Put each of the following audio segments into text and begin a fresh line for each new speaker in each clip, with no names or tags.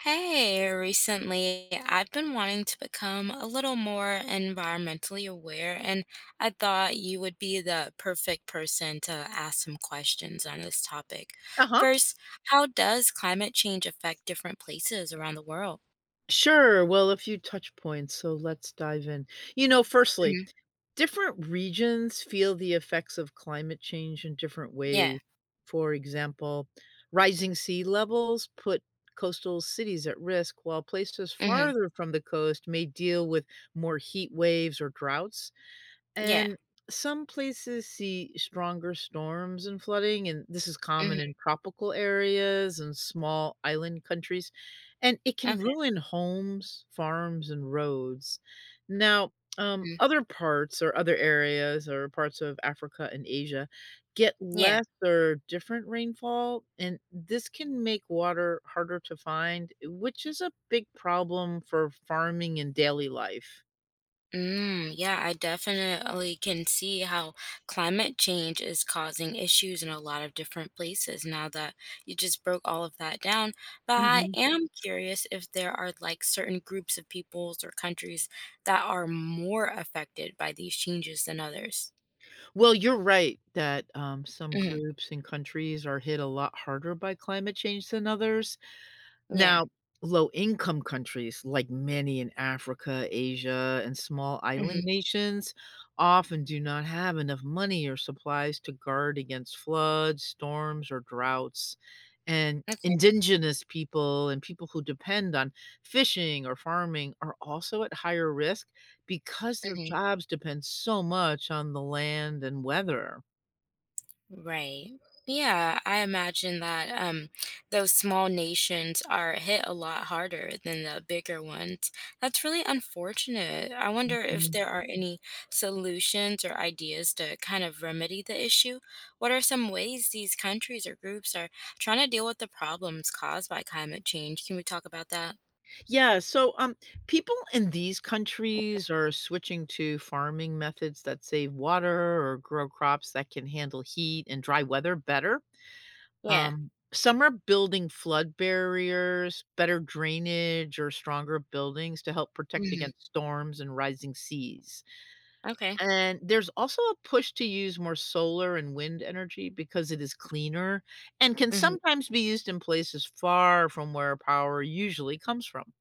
Hey, recently I've been wanting to become a little more environmentally aware, and I thought you would be the perfect person to ask some questions on this topic.
Uh-huh.
First, how does climate change affect different places around the world?
Sure. Well, a few touch points, so let's dive in. You know, firstly,
Hmm.
different regions feel the effects of climate change in different
Yeah.
ways. For example, rising sea levels put coastal cities at risk, while places
Hmm.
farther from the coast may deal with more heat waves or droughts.
Yeah.
And some places see stronger storms and flooding, and this is common
Hmm.
in tropical areas and small island countries. And it can
Okay.
ruin homes, farms, and roads. Now,
Mhm,
other parts or other areas or parts of Africa and Asia get
yeah.
less or different rainfall, and this can make water harder to find, which is a big problem for farming and daily life.
Mm, yeah, I definitely can see how climate change is causing issues in a lot of different places now that you just broke all of that down. But I am curious if there are like certain groups of peoples or countries that are more affected by these changes than others.
Well, you're right that, some
Hmm.
groups and countries are hit a lot harder by climate change than others.
Yeah.
Now, low-income countries, like many in Africa, Asia, and small island
Hmm.
nations, often do not have enough money or supplies to guard against floods, storms, or droughts. And
Okay.
indigenous people and people who depend on fishing or farming are also at higher risk because their
Mhm.
jobs depend so much on the land and weather.
Right. Yeah, I imagine that those small nations are hit a lot harder than the bigger ones. That's really unfortunate. I wonder if there are any solutions or ideas to kind of remedy the issue. What are some ways these countries or groups are trying to deal with the problems caused by climate change? Can we talk about that?
Yeah, so, people in these countries are switching to farming methods that save water or grow crops that can handle heat and dry weather better.
Yeah.
Some are building flood barriers, better drainage, or stronger buildings to help protect
Hmm.
against storms and rising seas.
Okay.
And there's also a push to use more solar and wind energy because it is cleaner and can
Hmm.
sometimes be used in places far from where power usually comes from.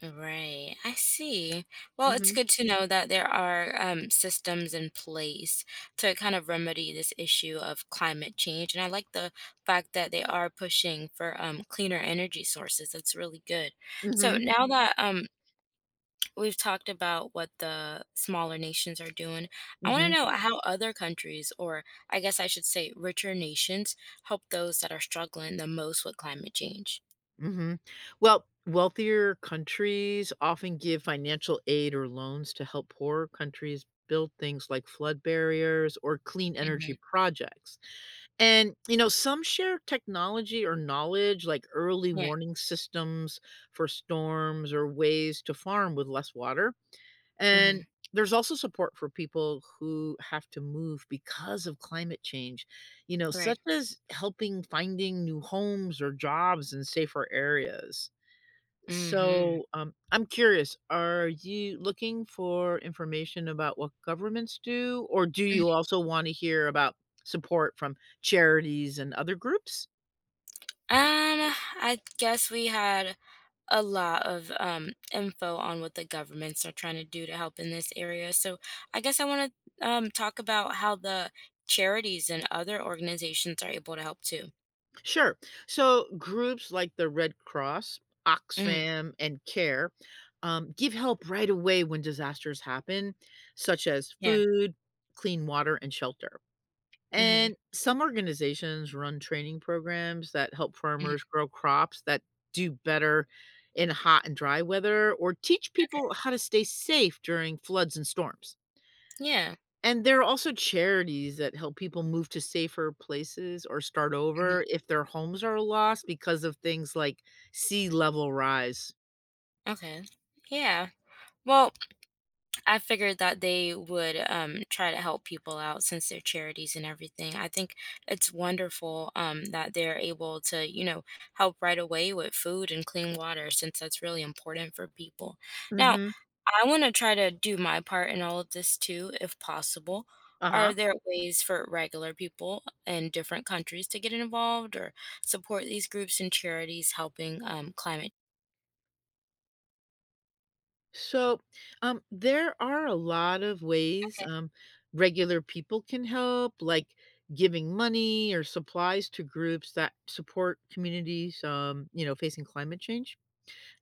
Right, I see. Well, it's
Mhm,
good to know that there are systems in place to kind of remedy this issue of climate change. And I like the fact that they are pushing for cleaner energy sources. That's really good. So
mhm.
now, mhm, that we've talked about what the smaller nations are doing, I want to
Mhm,
know how other countries, or I guess I should say richer nations, help those that are struggling the most with climate change.
mhm. Well, wealthier countries often give financial aid or loans to help poorer countries build things like flood barriers or clean
Hmm.
energy projects. And, you know, some share technology or knowledge like early
Yeah.
warning systems for storms or ways to farm with less water.
Hmm.
And there's also support for people who have to move because of climate change, you know,
Right.
such as helping finding new homes or jobs in safer areas.
Hmm.
So, I'm curious, are you looking for information about what governments do, or do you also want to hear about support from charities and other groups?
Um, I guess we had a lot of info on what the governments are trying to do to help in this area. So I guess I want to talk about how the charities and other organizations are able to help too.
Sure. So groups like the Red Cross,
Hmm.
Oxfam, and CARE give help right away when disasters happen, such as
Yeah.
food, clean water, and shelter.
Hmm.
And some organizations run training programs that help farmers
Hmm.
grow crops that do better in hot and dry weather or teach
Okay.
people how to stay safe during floods and storms.
Yeah.
And there are also charities that help people move to safer places or start
Hmm.
over if their homes are lost because of things like sea level rise.
Okay. Yeah. Well, I figured that they would try to help people out since they're charities and everything. I think it's wonderful that they're able to help right away with food and clean water since that's really important for people. Now,
Mhm.
I want to try to do my part in all of this too, if possible. Are
Uh-huh.
there ways for regular people in different countries to get involved or support these groups and charities helping climate?
So, there are a lot of ways,
Okay.
regular people can help, like giving money or supplies to groups that support communities, you know, facing climate change.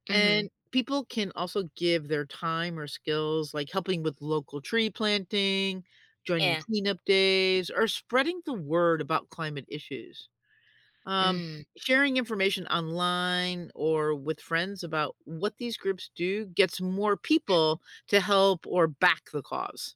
Hmm.
And people can also give their time or skills, like helping with local tree planting, joining
Yeah.
cleanup days, or spreading the word about climate issues. Um,
Mm.
Sharing information online or with friends about what these groups do gets more people to help or back the cause.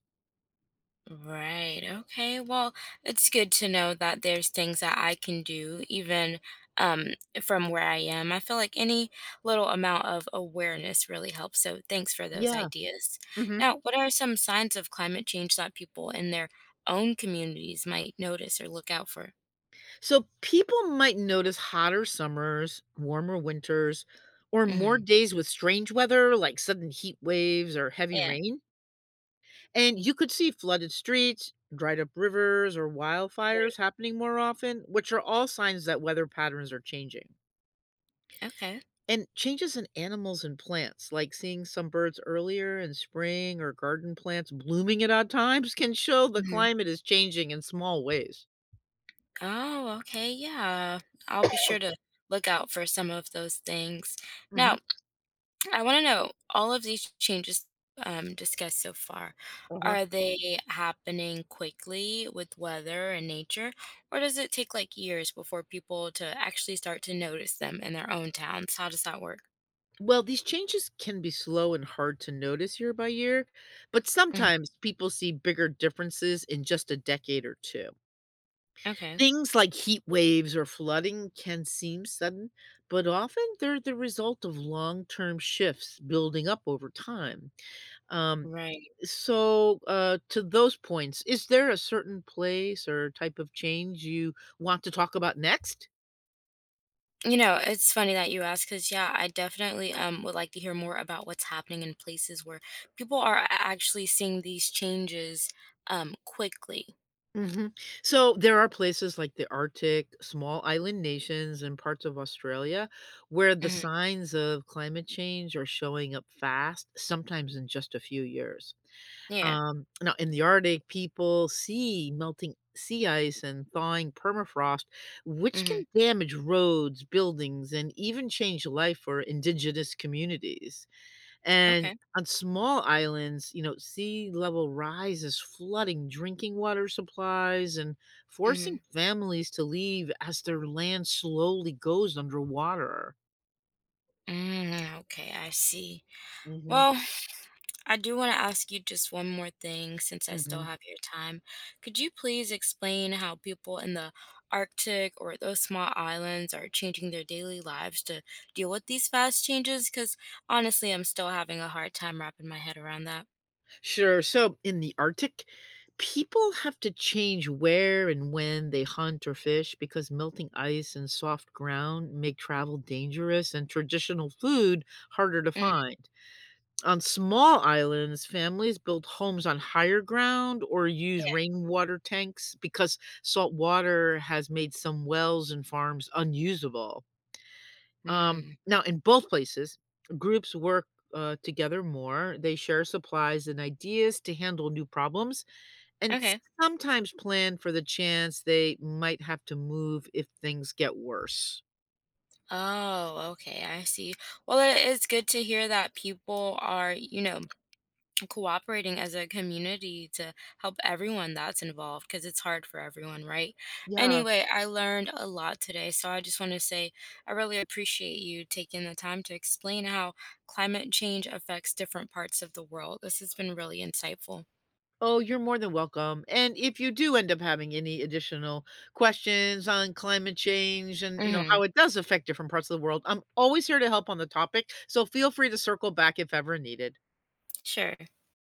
Right. Okay. Well, it's good to know that there's things that I can do even um from where I am. I feel like any little amount of awareness really helps. So thanks for those
Yeah.
ideas.
Hmm.
Now, what are some signs of climate change that people in their own communities might notice or look out for?
So people might notice hotter summers, warmer winters, or more
Mm-hmm.
days with strange weather like sudden heat waves or heavy
Yeah.
rain. And you could see flooded streets, dried up rivers, or
Right.
wildfires happening more often, which are all signs that weather patterns are changing.
Okay.
And changes in animals and plants, like seeing some birds earlier in spring or garden plants blooming at odd times, can show the
Hmm.
climate is changing in small ways.
Oh, okay. Yeah. I'll be sure to look out for some of those things.
Hmm.
Now, I want to know all of these changes discussed so far.
Uh-huh.
Are they happening quickly with weather and nature, or does it take like years before people to actually start to notice them in their own towns? How does that work?
Well, these changes can be slow and hard to notice year by year, but
Mhm.
sometimes people see bigger differences in just a decade or two.
Okay,
Things like heat waves or flooding can seem sudden, but often they're the result of long term shifts building up over time. Um,
right.
so, to those points, is there a certain place or type of change you want to talk about next?
You know, it's funny that you ask because, yeah, I definitely would like to hear more about what's happening in places where people are actually seeing these changes quickly.
Hmm. So there are places like the Arctic, small island nations, and parts of Australia where the
Hmm.
signs of climate change are showing up fast, sometimes in just a few years.
Yeah.
Now in the Arctic, people see melting sea ice and thawing permafrost, which
Hmm.
can damage roads, buildings, and even change life for indigenous communities. And
Okay.
on small islands, you know, sea level rise is flooding drinking water supplies and forcing
Hmm.
families to leave as their land slowly goes underwater.
Mm, okay, I see.
Hmm.
Well, I do want to ask you just one more thing since I still
Hmm.
have your time. Could you please explain how people in the Arctic or those small islands are changing their daily lives to deal with these fast changes? Because honestly, I'm still having a hard time wrapping my head around that.
Sure. So in the Arctic, people have to change where and when they hunt or fish because melting ice and soft ground make travel dangerous and traditional food harder to
Mhm.
find. On small islands, families build homes on higher ground or use
Yeah.
rainwater tanks because salt water has made some wells and farms unusable.
Mm,
Now, in both places, groups work together more. They share supplies and ideas to handle new problems and
okay.
sometimes plan for the chance they might have to move if things get worse.
Oh, okay, I see. Well, it is good to hear that people are cooperating as a community to help everyone that's involved because it's hard for everyone, right?
Yeah.
Anyway, I learned a lot today. So I just want to say I really appreciate you taking the time to explain how climate change affects different parts of the world. This has been really insightful.
Oh, you're more than welcome. And if you do end up having any additional questions on climate change and, you know,
Hmm.
how it does affect different parts of the world, I'm always here to help on the topic. So feel free to circle back if ever needed.
Sure.